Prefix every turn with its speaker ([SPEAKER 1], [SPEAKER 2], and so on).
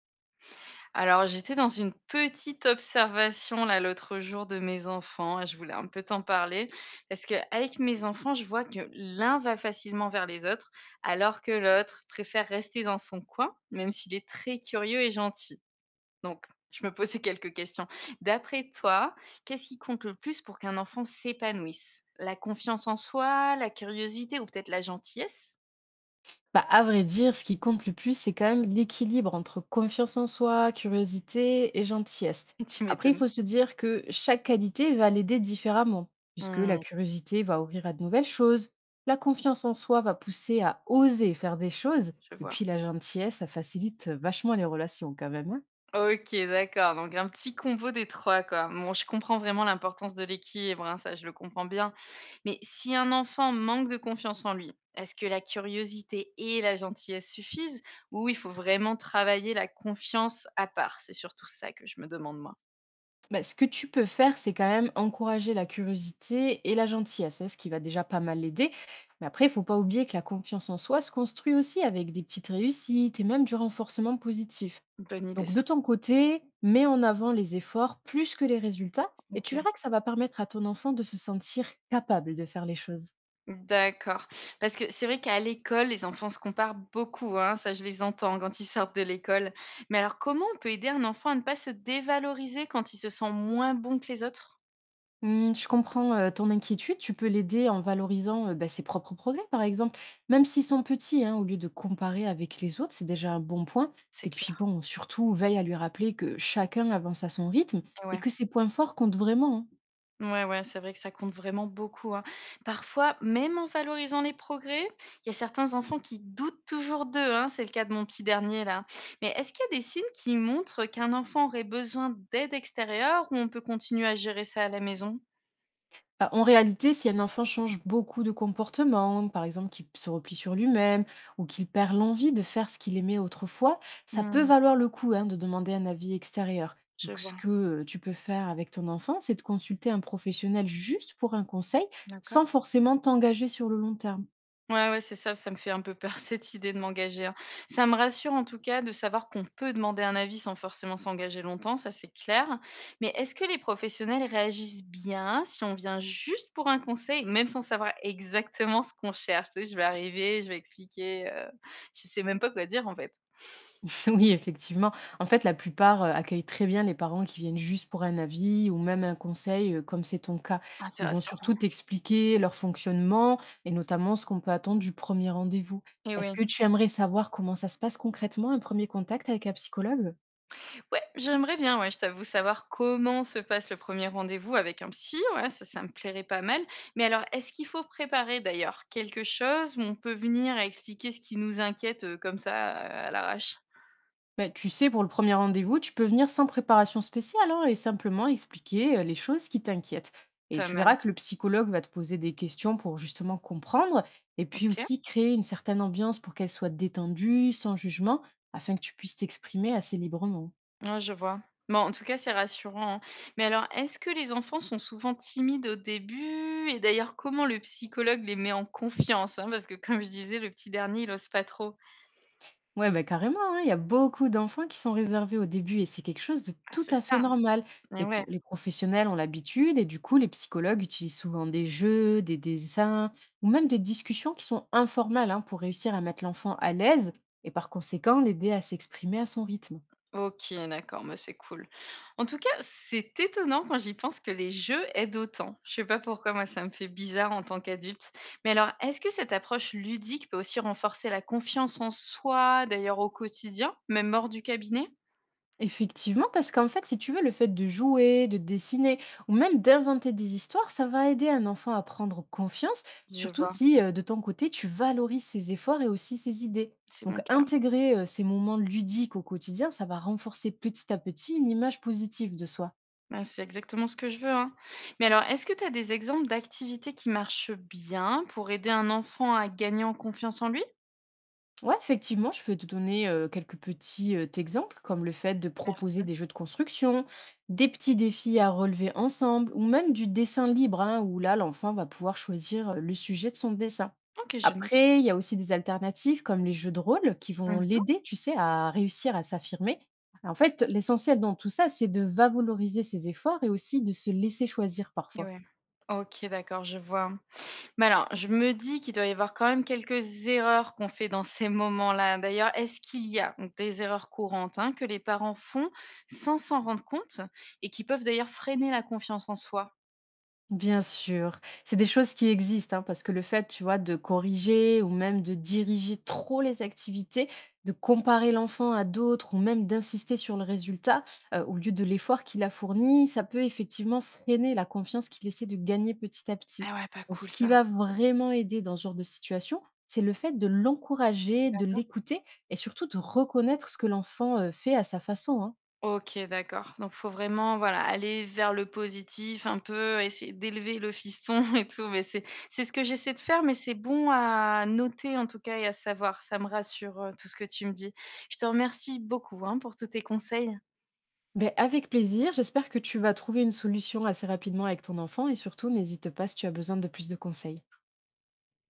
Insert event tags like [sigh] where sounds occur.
[SPEAKER 1] Alors, j'étais dans une petite observation là l'autre jour de mes enfants et je voulais un peu t'en parler parce que avec mes enfants, je vois que l'un va facilement vers les autres alors que l'autre préfère rester dans son coin, même s'il est très curieux et gentil. Donc, je me posais quelques questions. D'après toi, qu'est-ce qui compte le plus pour qu'un enfant s'épanouisse? La confiance en soi, la curiosité ou peut-être la gentillesse?
[SPEAKER 2] Bah, à vrai dire, ce qui compte le plus, c'est quand même l'équilibre entre confiance en soi, curiosité et gentillesse.
[SPEAKER 1] [laughs] Tu
[SPEAKER 2] Après, il
[SPEAKER 1] m'étonnes.
[SPEAKER 2] faut se dire que chaque qualité va l'aider différemment, puisque la
[SPEAKER 1] Hmm,
[SPEAKER 2] curiosité va ouvrir à de nouvelles choses, la confiance en soi va pousser à oser faire des choses,
[SPEAKER 1] je
[SPEAKER 2] et
[SPEAKER 1] vois.
[SPEAKER 2] puis la gentillesse, ça facilite vachement les relations quand même, hein.
[SPEAKER 1] OK, d'accord, donc un petit combo des 3, quoi. Bon, je comprends vraiment l'importance de l'équilibre, hein, ça je le comprends bien. Mais si un enfant manque de confiance en lui, est-ce que la curiosité et la gentillesse suffisent ou il faut vraiment travailler la confiance à part? C'est surtout ça que je me demande moi.
[SPEAKER 2] Bah, ce que tu peux faire, c'est quand même encourager la curiosité et la gentillesse, hein, ce qui va déjà pas mal l'aider. Mais après, il faut pas oublier que la confiance en soi se construit aussi avec des petites réussites et même du renforcement positif.
[SPEAKER 1] Bonne idée
[SPEAKER 2] Donc de
[SPEAKER 1] ça.
[SPEAKER 2] ton côté, mets en avant les efforts plus que les résultats et tu
[SPEAKER 1] OK.
[SPEAKER 2] verras que ça va permettre à ton enfant de se sentir capable de faire les choses.
[SPEAKER 1] D'accord. Parce que c'est vrai qu'à l'école, les enfants se comparent beaucoup, hein, ça je les entends quand ils sortent de l'école. Mais alors comment on peut aider un enfant à ne pas se dévaloriser quand il se sent moins bon que les autres?
[SPEAKER 2] Mmh, je comprends, ton inquiétude. Tu peux l'aider en valorisant, bah, ses propres progrès, par exemple, même s'ils sont petits, hein, au lieu de comparer avec les autres, c'est déjà un bon point. Et
[SPEAKER 1] C'est
[SPEAKER 2] puis
[SPEAKER 1] clair.
[SPEAKER 2] bon, surtout, veille à lui rappeler que chacun avance à son rythme et
[SPEAKER 1] Ouais.
[SPEAKER 2] que ses points forts comptent vraiment, hein.
[SPEAKER 1] Ouais, ouais, c'est vrai que ça compte vraiment beaucoup, hein. Parfois, même en valorisant les progrès, il y a certains enfants qui doutent toujours d'eux, hein, c'est le cas de mon petit dernier là. Mais est-ce qu'il y a des signes qui montrent qu'un enfant aurait besoin d'aide extérieure ou on peut continuer à gérer ça à la maison?
[SPEAKER 2] Bah, en réalité, si un enfant change beaucoup de comportement, par exemple qu'il se replie sur lui-même ou qu'il perd l'envie de faire ce qu'il aimait autrefois, ça peut
[SPEAKER 1] Hmm,
[SPEAKER 2] valoir le coup, hein, de demander un avis extérieur.
[SPEAKER 1] je
[SPEAKER 2] Donc, ce
[SPEAKER 1] vois,
[SPEAKER 2] que tu peux faire avec ton enfant, c'est de consulter un professionnel juste pour un conseil, sans
[SPEAKER 1] d'accord.
[SPEAKER 2] forcément t'engager sur le long terme.
[SPEAKER 1] Ouais, ouais, c'est ça, ça me fait un peu peur [laughs] cette idée de m'engager, hein. Ça me rassure en tout cas de savoir qu'on peut demander un avis sans forcément s'engager longtemps, ça c'est clair. Mais est-ce que les professionnels réagissent bien si on vient juste pour un conseil, même sans savoir exactement ce qu'on cherche? Tu sais, je vais arriver, je vais expliquer, je sais même pas quoi dire en fait.
[SPEAKER 2] [laughs] Oui, effectivement. En fait, la plupart, accueillent très bien les parents qui viennent juste pour un avis ou même un conseil, comme c'est ton cas.
[SPEAKER 1] Ah, c'est
[SPEAKER 2] Ils vont
[SPEAKER 1] rassurant.
[SPEAKER 2] surtout t'expliquer leur fonctionnement et notamment ce qu'on peut attendre du premier rendez-vous.
[SPEAKER 1] Et
[SPEAKER 2] Est-ce
[SPEAKER 1] oui.
[SPEAKER 2] que tu aimerais savoir comment ça se passe concrètement, un premier contact avec un psychologue?
[SPEAKER 1] Ouais, j'aimerais bien, ouais, je t'avoue, savoir comment se passe le premier rendez-vous avec un psy, ouais, ça me plairait pas mal. Mais alors, est-ce qu'il faut préparer d'ailleurs quelque chose où on peut venir expliquer ce qui nous inquiète comme ça, à l'arrache?
[SPEAKER 2] Bah, tu sais, pour le premier rendez-vous, tu peux venir sans préparation spéciale, hein, et simplement expliquer les choses qui t'inquiètent. Et
[SPEAKER 1] Pas
[SPEAKER 2] tu
[SPEAKER 1] mal.
[SPEAKER 2] verras que le psychologue va te poser des questions pour justement comprendre et puis
[SPEAKER 1] Ok.
[SPEAKER 2] aussi créer une certaine ambiance pour qu'elle soit détendue, sans jugement, afin que tu puisses t'exprimer assez librement.
[SPEAKER 1] Ouais, je vois. Bon, en tout cas, c'est rassurant, hein. Mais alors, est-ce que les enfants sont souvent timides au début? Et d'ailleurs, comment le psychologue les met en confiance, hein? Parce que, comme je disais, le petit dernier, il ose pas trop.
[SPEAKER 2] Ouais, bah, carrément, hein. Il y a beaucoup d'enfants qui sont réservés au début et c'est quelque chose de
[SPEAKER 1] Ah,
[SPEAKER 2] tout
[SPEAKER 1] c'est
[SPEAKER 2] à
[SPEAKER 1] ça,
[SPEAKER 2] fait
[SPEAKER 1] hein.
[SPEAKER 2] normal.
[SPEAKER 1] Eh ouais.
[SPEAKER 2] Les professionnels ont l'habitude et du coup, les psychologues utilisent souvent des jeux, des dessins ou même des discussions qui sont informelles, hein, pour réussir à mettre l'enfant à l'aise et par conséquent l'aider à s'exprimer à son rythme.
[SPEAKER 1] OK, d'accord, mais c'est cool. En tout cas, c'est étonnant quand j'y pense que les jeux aident autant. Je sais pas pourquoi, moi, ça me fait bizarre en tant qu'adulte. Mais alors, est-ce que cette approche ludique peut aussi renforcer la confiance en soi, d'ailleurs au quotidien, même hors du cabinet?
[SPEAKER 2] Effectivement, parce qu'en fait, si tu veux, le fait de jouer, de dessiner ou même d'inventer des histoires, ça va aider un enfant à prendre confiance,
[SPEAKER 1] Je
[SPEAKER 2] surtout
[SPEAKER 1] vois,
[SPEAKER 2] si de ton côté, tu valorises ses efforts et aussi ses idées.
[SPEAKER 1] c'est
[SPEAKER 2] Donc,
[SPEAKER 1] mon cas.
[SPEAKER 2] intégrer ces moments ludiques au quotidien, ça va renforcer petit à petit une image positive de soi.
[SPEAKER 1] Bah, c'est exactement ce que je veux, hein. Mais alors, est-ce que tu as des exemples d'activités qui marchent bien pour aider un enfant à gagner en confiance en lui?
[SPEAKER 2] Ouais, effectivement, je peux te donner quelques petits exemples, comme le fait de proposer
[SPEAKER 1] Merci.
[SPEAKER 2] des jeux de construction, des petits défis à relever ensemble, ou même du dessin libre, hein, où là, l'enfant va pouvoir choisir le sujet de son dessin.
[SPEAKER 1] OK, je note.
[SPEAKER 2] Après, il y a aussi des alternatives comme les jeux de rôle qui vont
[SPEAKER 1] Mhm.
[SPEAKER 2] l'aider, tu sais, à réussir à s'affirmer. En fait, l'essentiel dans tout ça, c'est de valoriser ses efforts et aussi de se laisser choisir
[SPEAKER 1] Et
[SPEAKER 2] parfois.
[SPEAKER 1] ouais. Ok, d'accord, je vois. Mais alors, je me dis qu'il doit y avoir quand même quelques erreurs qu'on fait dans ces moments-là. D'ailleurs, est-ce qu'il y a donc des erreurs courantes, hein, que les parents font sans s'en rendre compte et qui peuvent d'ailleurs freiner la confiance en soi?
[SPEAKER 2] Bien sûr, c'est des choses qui existent, hein, parce que le fait, tu vois, de corriger ou même de diriger trop les activités, de comparer l'enfant à d'autres ou même d'insister sur le résultat au lieu de l'effort qu'il a fourni, ça peut effectivement freiner la confiance qu'il essaie de gagner petit à petit.
[SPEAKER 1] Ah ouais, pas
[SPEAKER 2] Donc, ce
[SPEAKER 1] cool
[SPEAKER 2] qui
[SPEAKER 1] ça.
[SPEAKER 2] va vraiment aider dans ce genre de situation, c'est le fait de l'encourager, de
[SPEAKER 1] D'accord.
[SPEAKER 2] l'écouter et surtout de reconnaître ce que l'enfant fait à sa façon, hein.
[SPEAKER 1] OK, d'accord. Donc faut vraiment, voilà, aller vers le positif un peu, essayer d'élever le fiston [laughs] et tout. Mais c'est ce que j'essaie de faire, mais c'est bon à noter en tout cas et à savoir. Ça me rassure, tout ce que tu me dis. Je te remercie beaucoup, hein, pour tous tes conseils.
[SPEAKER 2] Beh, avec plaisir, j'espère que tu vas trouver une solution assez rapidement avec ton enfant et surtout n'hésite pas si tu as besoin de plus de conseils.